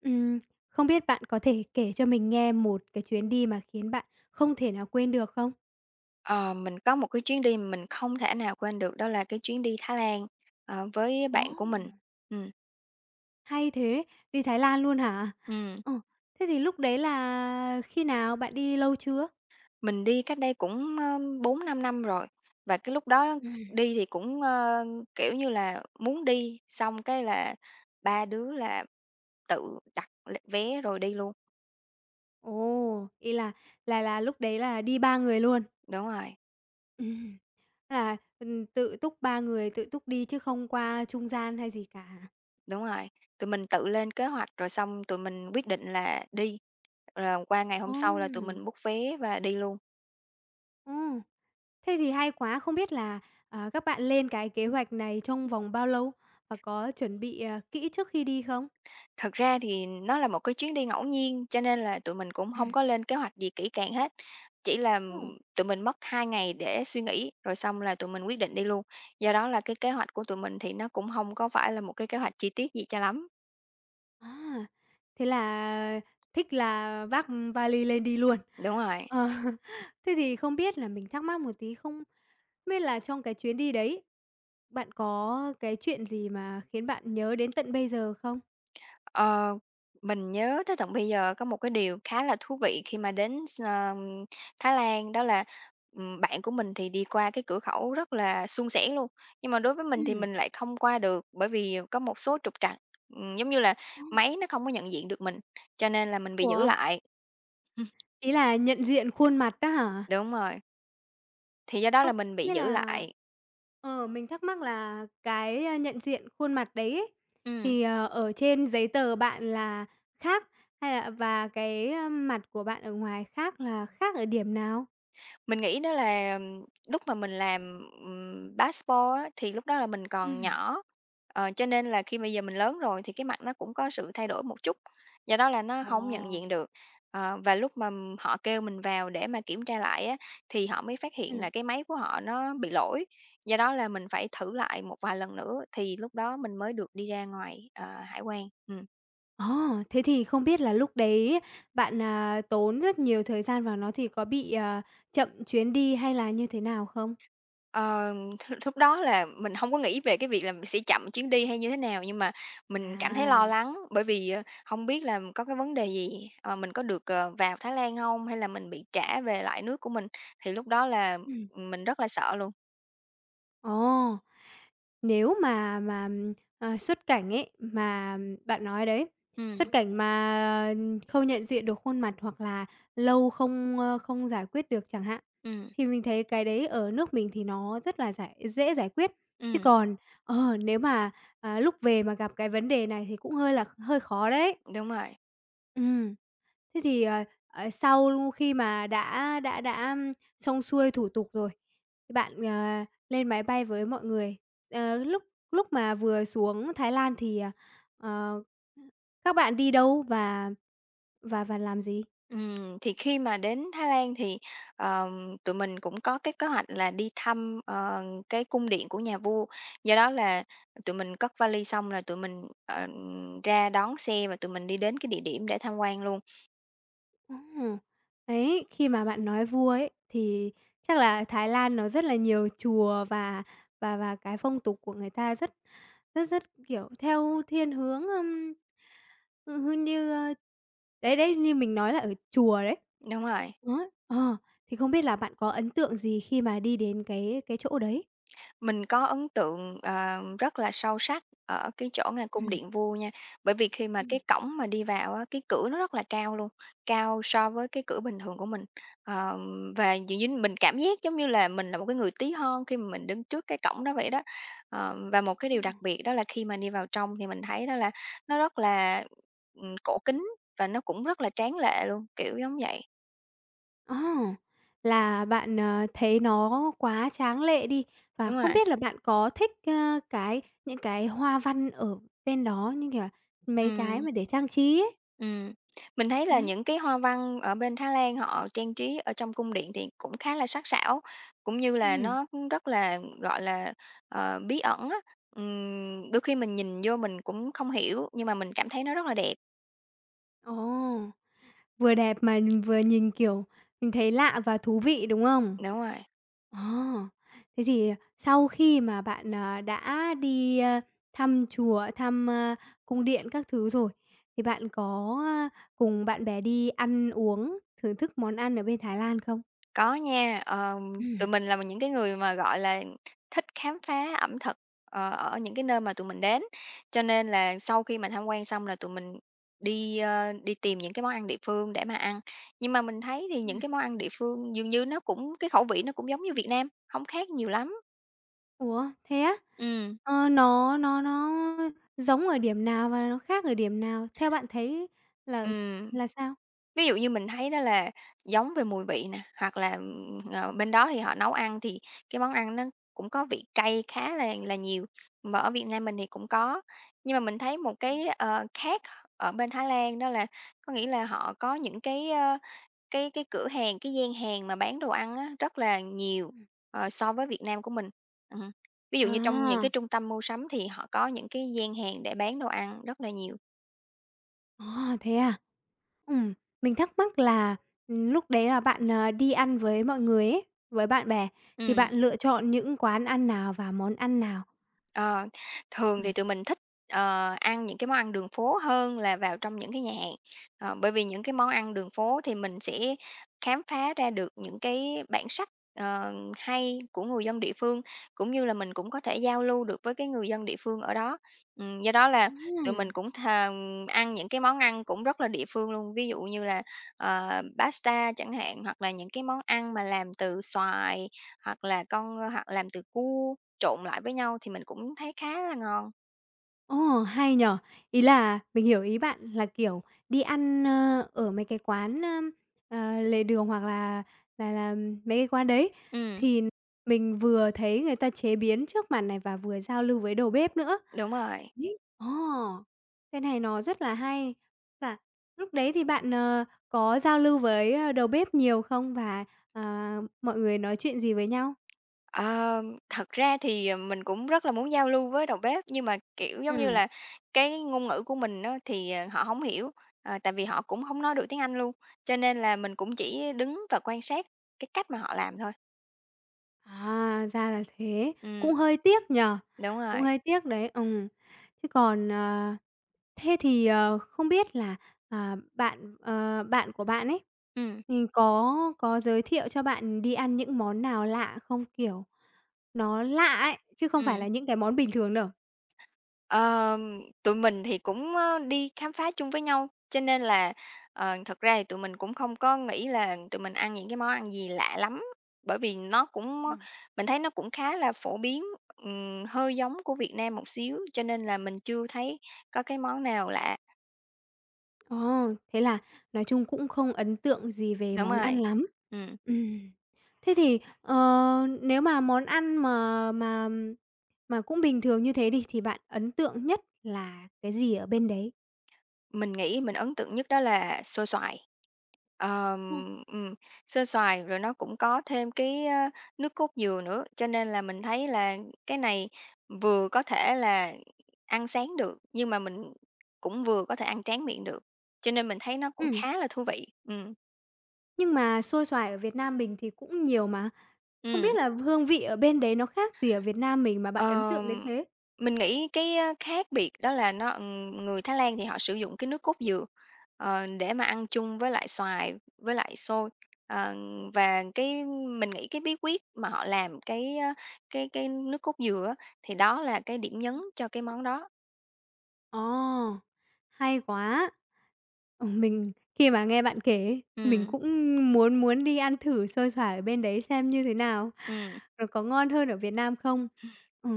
Ừm, không biết bạn có thể kể cho mình nghe một cái chuyến đi mà khiến bạn không thể nào quên được không? Ờ, mình có một cái chuyến đi mà mình không thể nào quên được, đó là cái chuyến đi Thái Lan, với Ồ! bạn của mình. Ừm, Hay thế, đi Thái Lan luôn hả? ừm, Ờ, thế thì lúc đấy là khi nào? Bạn đi lâu chưa? mình đi cách đây cũng, 4-5 năm năm rồi, và cái lúc đó Ừm. đi thì cũng, kiểu như là muốn đi, xong cái là ba đứa là tự đặt l vé rồi đi luôn. Ồ, ý là là lúc đấy là đi 3 người luôn? Đúng rồi, Ừm, là, tự túc 3 người tự túc đi chứ không qua trung gian hay gì cả? đúng rồi, tụi mình tự lên kế hoạch rồi xong tụi mình quyết định là đi, rồi qua ngày hôm Ồ! sau là tụi mình book vé và đi luôn. Ồ! Thế thì hay quá, không biết là, các bạn lên cái kế hoạch này trong vòng bao lâu và có chuẩn bị, kỹ trước khi đi không? Thật ra thì nó là một cái chuyến đi ngẫu nhiên, cho nên là tụi mình cũng không có lên kế hoạch gì kỹ càng hết, chỉ là, Ừm. tụi mình mất 2 ngày để suy nghĩ, rồi xong là tụi mình quyết định đi luôn. Do đó là cái kế hoạch của tụi mình thì nó cũng không có phải là một cái kế hoạch chi tiết gì cho lắm. À, thế là thích là vác vali lên đi luôn. Đúng rồi. Ờ, thế thì không biết là mình thắc mắc một tí không biết là trong cái chuyến đi đấy, bạn có cái chuyện gì mà khiến bạn nhớ đến tận bây giờ không? Ờ, mình nhớ tới tận bây giờ có một cái điều khá là thú vị khi mà đến Thái Lan, đó là, bạn của mình thì đi qua cái cửa khẩu rất là suôn sẻ luôn, nhưng mà đối với mình thì Ừm. mình lại không qua được bởi vì có một số trục trặc, giống như là máy nó không có nhận diện được mình, cho nên là mình bị Ủa, giữ lại. ý là nhận diện khuôn mặt đó hả? Đúng rồi, thì do đó Ơ, là mình bị thế giữ là lại. Mình thắc mắc là cái, nhận diện khuôn mặt đấy ấy, Ừm. thì, ở trên giấy tờ bạn là khác hay là và cái, mặt của bạn ở ngoài khác là khác ở điểm nào? Mình nghĩ đó là lúc mà mình làm, passport á, thì lúc đó là mình còn Ừm. nhỏ, cho nên là khi bây giờ mình lớn rồi thì cái mặt nó cũng có sự thay đổi một chút, do đó là nó Ồ. không nhận diện được. Và lúc mà họ kêu mình vào để mà kiểm tra lại á, thì họ mới phát hiện Ừm. là cái máy của họ nó bị lỗi, do đó là mình phải thử lại một vài lần nữa thì lúc đó mình mới được đi ra ngoài, hải quan. Ừm. Ồ, thế thì không biết là lúc đấy bạn, tốn rất nhiều thời gian vào nó thì có bị, chậm chuyến đi hay là như thế nào không? Ờ, th Lúc đó là mình không có nghĩ về cái việc là mình sẽ chậm chuyến đi hay như thế nào, nhưng mà mình cảm thấy À, lo lắng bởi vì, hông biết là có cái vấn đề gì, mà mình có được, vào Thái Lan không hay là mình bị trả về lại nước của mình, thì lúc đó là ừm, mình rất là sợ luôn. ồ. Nếu mà, xuất cảnh ấy, mà bạn nói đấy, Ừ, xuất cảnh mà không nhận diện được khuôn mặt hoặc là lâu không, không giải quyết được chẳng hạn, ừ, thì mình thấy cái đấy ở nước mình thì nó rất là dễ giải quyết. Chứ ừm, còn, nếu mà, lúc về mà gặp cái vấn đề này thì cũng hơi là hơi khó đấy. Đúng rồi. Ừm. Thế thì, sau khi mà đã xong xuôi thủ tục rồi, bạn, lên máy bay với mọi người. Ờ, lúc lúc mà vừa xuống Thái Lan thì, ờ, các bạn đi đâu và và làm gì? Thì khi mà đến Thái Lan thì, tụi mình cũng có cái kế hoạch là đi thăm, cái cung điện của nhà vua. Do đó là tụi mình cất vali xong là tụi mình, ra đón xe và tụi mình đi đến cái địa điểm để tham quan luôn. Ồ! Đấy, khi mà bạn nói vua ấy, thì chắc là Thái Lan nó rất là nhiều chùa và và cái phong tục của người ta rất rất rất, kiểu, theo thiên hướng, ừ, hư như, đấy, đấy, như mình nói là ở chùa đấy. Đúng rồi. Đó, thì không biết là bạn có ấn tượng gì khi mà đi đến cái chỗ đấy? Mình có ấn tượng, rất là sâu sắc ở cái chỗ ngay cung Ừm, điện vua nha, bởi vì khi mà ừm. cái cổng mà đi vào á, cái cửa nó rất là cao luôn, cao so với cái cửa bình thường của mình. Ờ, và dường như mình cảm giác giống như là mình là một cái người tí hon khi mà mình đứng trước cái cổng đó vậy đó. Và một cái điều đặc biệt đó là khi mà đi vào trong thì mình thấy đó là nó rất là, cổ kính và nó cũng rất là tráng lệ luôn, kiểu giống vậy. Ờ, là bạn, thấy nó quá tráng lệ đi, và Đúng rồi, không biết là bạn có thích, cái những cái hoa văn ở bên đó, như kiểu là, mấy cái ừ mà để trang trí ấy? Ừm, mình thấy là Đấy, những cái hoa văn ở bên Thái Lan họ trang trí ở trong cung điện thì cũng khá là sắc sảo, cũng như là ừm, nó cũng rất là, gọi là, bí ẩn á. Đôi khi mình nhìn vô mình cũng không hiểu, nhưng mà mình cảm thấy nó rất là đẹp, ồ, vừa đẹp mà vừa nhìn, kiểu, mình thấy lạ và thú vị, đúng không? đúng rồi. Ờ, thế thì sau khi mà bạn, đã đi, thăm chùa, thăm, cung điện các thứ rồi, thì bạn có, cùng bạn bè đi ăn uống, thưởng thức món ăn ở bên Thái Lan không? Có nha, tụi Ừm, mình là những cái người mà, gọi là, thích khám phá ẩm thực, ở những cái nơi mà tụi mình đến. Cho nên là sau khi mà tham quan xong là tụi mình đi, đi tìm những cái món ăn địa phương để mà ăn. Nhưng mà mình thấy thì ừm. những cái món ăn địa phương dường như nó cũng cái khẩu vị nó cũng giống như Việt Nam, không khác nhiều lắm. Ủa, thế á? Ừm. Ờ, nó giống ở điểm nào và nó khác ở điểm nào? Theo bạn thấy là Ừm. là sao? Ví dụ như mình thấy đó là giống về mùi vị nè, hoặc là, bên đó thì họ nấu ăn thì cái món ăn nó cũng có vị cay khá là nhiều, mà ở Việt Nam mình thì cũng có. Nhưng mà mình thấy một cái, khác ở bên Thái Lan đó là có nghĩa là họ có những cái, cái cửa hàng, cái gian hàng mà bán đồ ăn á rất là nhiều, so với Việt Nam của mình. Ừm, Ví dụ như trong những cái À, trung tâm mua sắm thì họ có những cái gian hàng để bán đồ ăn rất là nhiều. à, thế à? Ừm, mình thắc mắc là, lúc đấy là bạn, đi ăn với mọi người ấy, với bạn bè, thì Ừm. bạn lựa chọn những quán ăn nào và món ăn nào? Ờ, Thường Ừm. thì tụi mình thích, ăn những cái món ăn đường phố hơn là vào trong những cái nhà hàng. Bởi vì những cái món ăn đường phố thì mình sẽ khám phá ra được những cái bản sắc, hay của người dân địa phương, cũng như là mình cũng có thể giao lưu được với cái người dân địa phương ở đó. Do đó là tụi mình À! cũng th ăn những cái món ăn cũng rất là địa phương luôn, ví dụ như là, pasta chẳng hạn, hoặc là những cái món ăn mà làm từ xoài, hoặc là hoặc làm từ cua trộn lại với nhau thì mình cũng thấy khá là ngon. Ồ, hay nhở. Ý là mình hiểu ý bạn là, kiểu, đi ăn, ở mấy cái quán, lề đường hoặc là là mấy cái quán đấy Ừm, thì mình vừa thấy người ta chế biến trước mặt này và vừa giao lưu với đầu bếp nữa. đúng rồi. Đấy, ồ, cái này nó rất là hay. Và lúc đấy thì bạn, có giao lưu với, đầu bếp nhiều không? Và, ờ, mọi người nói chuyện gì với nhau? Ờ, Thật ra thì, mình cũng rất là muốn giao lưu với đầu bếp, nhưng mà, kiểu, giống như Ừm. là, cái ngôn ngữ của mình á thì, họ không hiểu, tại vì họ cũng không nói được tiếng Anh luôn, cho nên là mình cũng chỉ đứng và quan sát cái cách mà họ làm thôi. À, ra là thế, Ừm, cũng hơi tiếc nhỉ, đúng cũng rồi. hơi tiếc đấy. Chứ còn, thế thì, không biết là, bạn, bạn của bạn ấy, Ừm, thì có giới thiệu cho bạn đi ăn những món nào lạ không? Kiểu, nó lạ ấy, chứ không phải là ừm. những cái món bình thường đâu. Ờ, Tụi mình thì cũng, đi khám phá chung với nhau, cho nên là, thật ra thì tụi mình cũng không có nghĩ là tụi mình ăn những cái món ăn gì lạ lắm, bởi vì nó cũng Ừ. mình thấy nó cũng khá là phổ biến, hơi giống của Việt Nam một xíu, cho nên là mình chưa thấy có cái món nào lạ. Ồ, thế là nói chung cũng không ấn tượng gì về Đúng món ăn rồi, lắm. ừm. Ừm. Thế thì, nếu mà món ăn mà cũng bình thường như thế đi, thì bạn ấn tượng nhất là cái gì ở bên đấy? Mình nghĩ mình ấn tượng nhất đó là xôi xoài. Ừm. Ờm, ừm, Xôi xoài rồi nó cũng có thêm cái, nước cốt dừa nữa, cho nên là mình thấy là cái này vừa có thể là ăn sáng được, nhưng mà mình cũng vừa có thể ăn tráng miệng được, cho nên mình thấy nó cũng Ừm, khá là thú vị. Ừ nhưng mà xôi xoài ở Việt Nam mình thì cũng nhiều mà, không ừ biết là hương vị ở bên đấy nó khác gì ở Việt Nam mình mà bạn ấn tượng đến Ờm, thế? mình nghĩ cái, khác biệt đó là nó người Thái Lan thì họ sử dụng cái nước cốt dừa, để mà ăn chung với lại xoài, với lại xôi. Ờ, và mình nghĩ cái bí quyết mà họ làm cái, cái nước cốt dừa á, thì đó là cái điểm nhấn cho cái món đó. Ồ, hay quá! Ờ, mình khi mà nghe bạn kể ấy, mình Ừm, cũng muốn muốn đi ăn thử xôi xoả ở bên đấy xem như thế nào, ừm, nó có ngon hơn ở Việt Nam không? Ừ,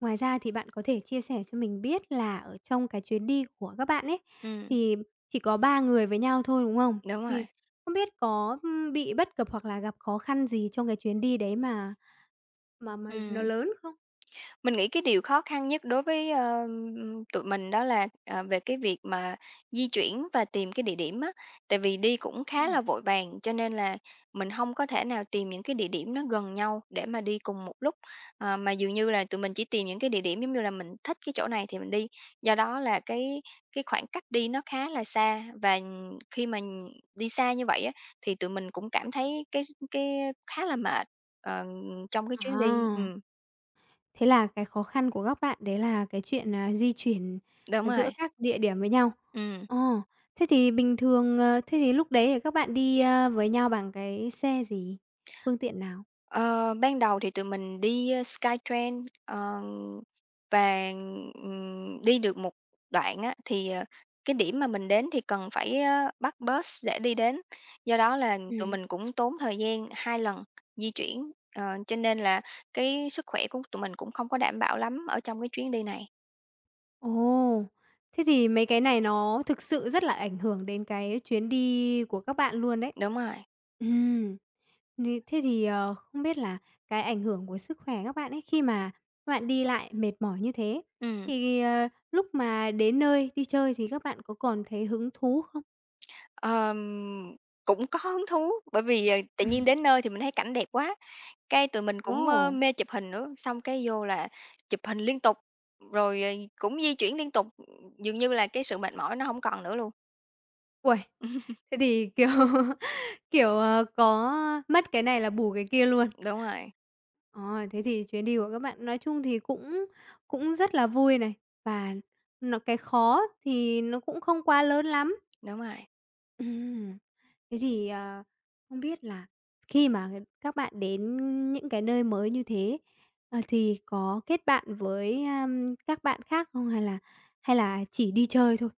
ngoài ra thì bạn có thể chia sẻ cho mình biết là ở trong cái chuyến đi của các bạn ấy, ừm, thì chỉ có 3 người với nhau thôi, đúng không? Đúng Thì rồi, không biết có, bị bất cập hoặc là gặp khó khăn gì trong cái chuyến đi đấy mà nó ừm. lớn không? Mình nghĩ cái điều khó khăn nhất đối với, tụi mình đó là, về cái việc mà di chuyển và tìm cái địa điểm á. Tại vì đi cũng khá Ừm. là vội vàng, cho nên là mình không có thể nào tìm những cái địa điểm nó gần nhau để mà đi cùng một lúc, mà dường như là tụi mình chỉ tìm những cái địa điểm giống như là mình thích cái chỗ này thì mình đi. Do đó là cái khoảng cách đi nó khá là xa và đi xa như vậy á, thì tụi mình cũng cảm thấy cái khá là mệt, ờ, trong cái chuyến đi. À! Thế là cái khó khăn của các bạn đấy là cái chuyện, di chuyển Đúng giữa rồi, các địa điểm với nhau. ừm. Ờ, thế thì bình thường, thế thì lúc đấy thì các bạn đi, với nhau bằng cái xe gì? Phương tiện nào? Ờ, Ban đầu thì tụi mình đi, Skytrain, và, đi được một đoạn á, thì, cái điểm mà mình đến thì cần phải, bắt bus để đi đến, do đó là tụi Ừm. mình cũng tốn thời gian 2 lần di chuyển, cho nên là cái sức khỏe của tụi mình cũng không có đảm bảo lắm ở trong cái chuyến đi này. Ồ, thế thì mấy cái này nó thực sự rất là ảnh hưởng đến cái chuyến đi của các bạn luôn đấy. Đúng rồi, Ừm. Thế thì, không biết là cái ảnh hưởng của sức khỏe các bạn ấy, khi mà các bạn đi lại mệt mỏi như thế, ừm. thì, lúc mà đến nơi đi chơi thì các bạn có còn thấy hứng thú không? Ờm, Cũng có hứng thú, bởi vì, tự nhiên đến nơi thì mình thấy cảnh đẹp quá, cái tụi mình Ồ! cũng, mê chụp hình nữa, xong cái vô là chụp hình liên tục, rồi, cũng di chuyển liên tục, dường như là cái sự mệt mỏi nó không còn nữa luôn. Uầy! Thế thì, kiểu, kiểu, có mất cái này là bù cái kia luôn. Đúng rồi, Ờ, thế thì chuyến đi của các bạn nói chung thì cũng cũng rất là vui này, và cái khó thì nó cũng không quá lớn lắm. đúng rồi. Ừm. Thế thì, không biết là khi mà các bạn đến những cái nơi mới như thế, thì có kết bạn với, các bạn khác không? Hay là chỉ đi chơi thôi?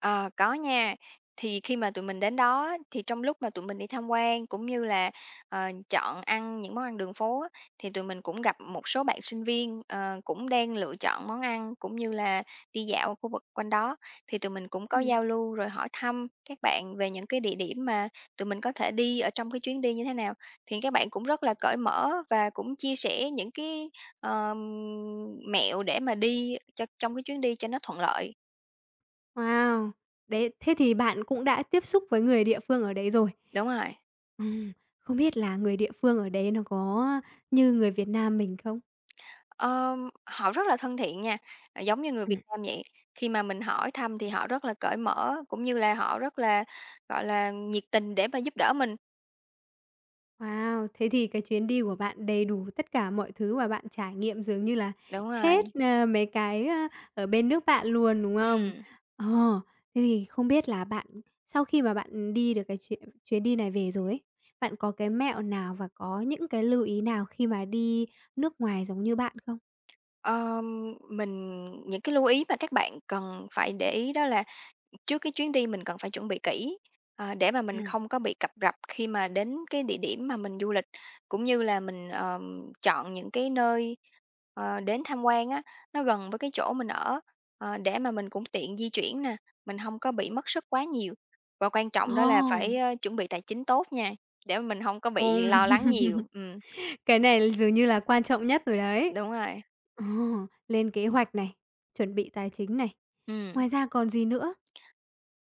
Ờ, có nha. Thì khi mà tụi mình đến đó thì trong lúc mà tụi mình đi tham quan cũng như là, chọn ăn những món ăn đường phố á, thì tụi mình cũng gặp một số bạn sinh viên, cũng đang lựa chọn món ăn cũng như là đi dạo ở khu vực quanh đó. Thì tụi mình cũng có Ừm. giao lưu rồi hỏi thăm các bạn về những cái địa điểm mà tụi mình có thể đi ở trong cái chuyến đi như thế nào. Thì các bạn cũng rất là cởi mở và cũng chia sẻ những cái, ờm, mẹo để mà đi cho trong cái chuyến đi cho nó thuận lợi. Wow! Đấy, thế thì bạn cũng đã tiếp xúc với người địa phương ở đấy rồi. Đúng rồi. Ừm, không biết là người địa phương ở đấy nó có như người Việt Nam mình không? Họ rất là thân thiện nha, à, giống như người Việt Nam vậy. Khi mà mình hỏi thăm thì họ rất là cởi mở, cũng như là họ rất là, gọi là, nhiệt tình để mà giúp đỡ mình. Wow! Thế thì cái chuyến đi của bạn đầy đủ tất cả mọi thứ mà bạn trải nghiệm dường như là Đúng rồi, hết, mấy cái, ở bên nước bạn luôn, đúng không? ừm. Ờ, thế thì không biết là bạn sau khi mà bạn đi được cái chuyến chuyến đi này về rồi ấy, bạn có cái mẹo nào và có những cái lưu ý nào khi mà đi nước ngoài giống như bạn không? Mình Những cái lưu ý mà các bạn cần phải để ý đó là trước cái chuyến đi mình cần phải chuẩn bị kỹ, để mà mình Ừm. không có bị cập rập khi mà đến cái địa điểm mà mình du lịch, cũng như là mình, chọn những cái nơi, đến tham quan á, nó gần với cái chỗ mình ở, để mà mình cũng tiện di chuyển nè, mình không có bị mất sức quá nhiều. Và quan trọng đó là phải, Ồ! Chuẩn bị tài chính tốt nha, để mà mình không có bị Ừm. lo lắng nhiều. Cái này dường như là quan trọng nhất rồi đấy. Đúng rồi, Ờ, lên kế hoạch này, chuẩn bị tài chính này. ừm. Ngoài ra còn gì nữa?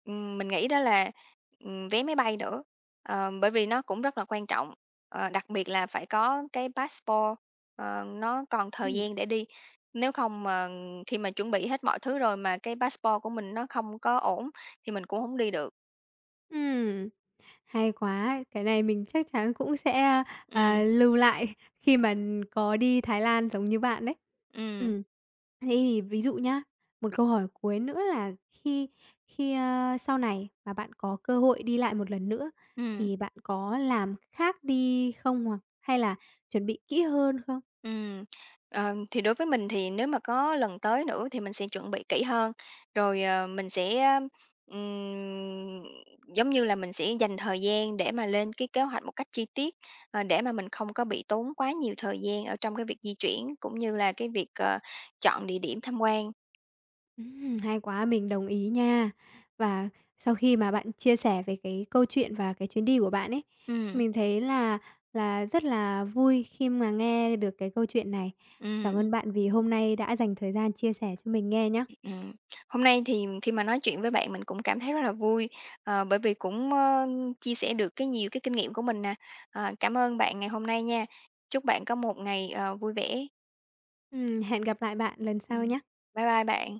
Mình nghĩ đó là, vé máy bay nữa, bởi vì nó cũng rất là quan trọng, đặc biệt là phải có cái passport, nó còn thời Ừm, gian để đi. Nếu không mà khi mà chuẩn bị hết mọi thứ rồi mà cái passport của mình nó không có ổn thì mình cũng không đi được. ừm, hay quá! Cái này mình chắc chắn cũng sẽ, Ừm, lưu lại khi mà có đi Thái Lan giống như bạn đấy. ừm, Ừm, thế thì ví dụ nhá, một câu hỏi cuối nữa là khi khi, ơ, sau này mà bạn có cơ hội đi lại một lần nữa ừm. thì bạn có làm khác đi không hoặc hay là chuẩn bị kỹ hơn không? Ừm, thì đối với mình thì nếu mà có lần tới nữa thì mình sẽ chuẩn bị kỹ hơn, rồi, mình sẽ, ừm, giống như là mình sẽ dành thời gian để mà lên cái kế hoạch một cách chi tiết, để mà mình không có bị tốn quá nhiều thời gian ở trong cái việc di chuyển cũng như là cái việc, chọn địa điểm tham quan. Hay quá, mình đồng ý nha. Và sau khi mà bạn chia sẻ về cái câu chuyện và cái chuyến đi của bạn ấy, Ừm, mình thấy là rất là vui khi mà nghe được cái câu chuyện này. Cảm ừm. ơn bạn vì hôm nay đã dành thời gian chia sẻ cho mình nghe nhé. Ừm, Hôm nay thì khi mà nói chuyện với bạn mình cũng cảm thấy rất là vui, bởi vì cũng, chia sẻ được nhiều cái kinh nghiệm của mình nè. Cảm ơn bạn ngày hôm nay nha. Chúc bạn có một ngày, vui vẻ. Hẹn gặp lại bạn lần sau Ừm, nhé. bye bye bạn.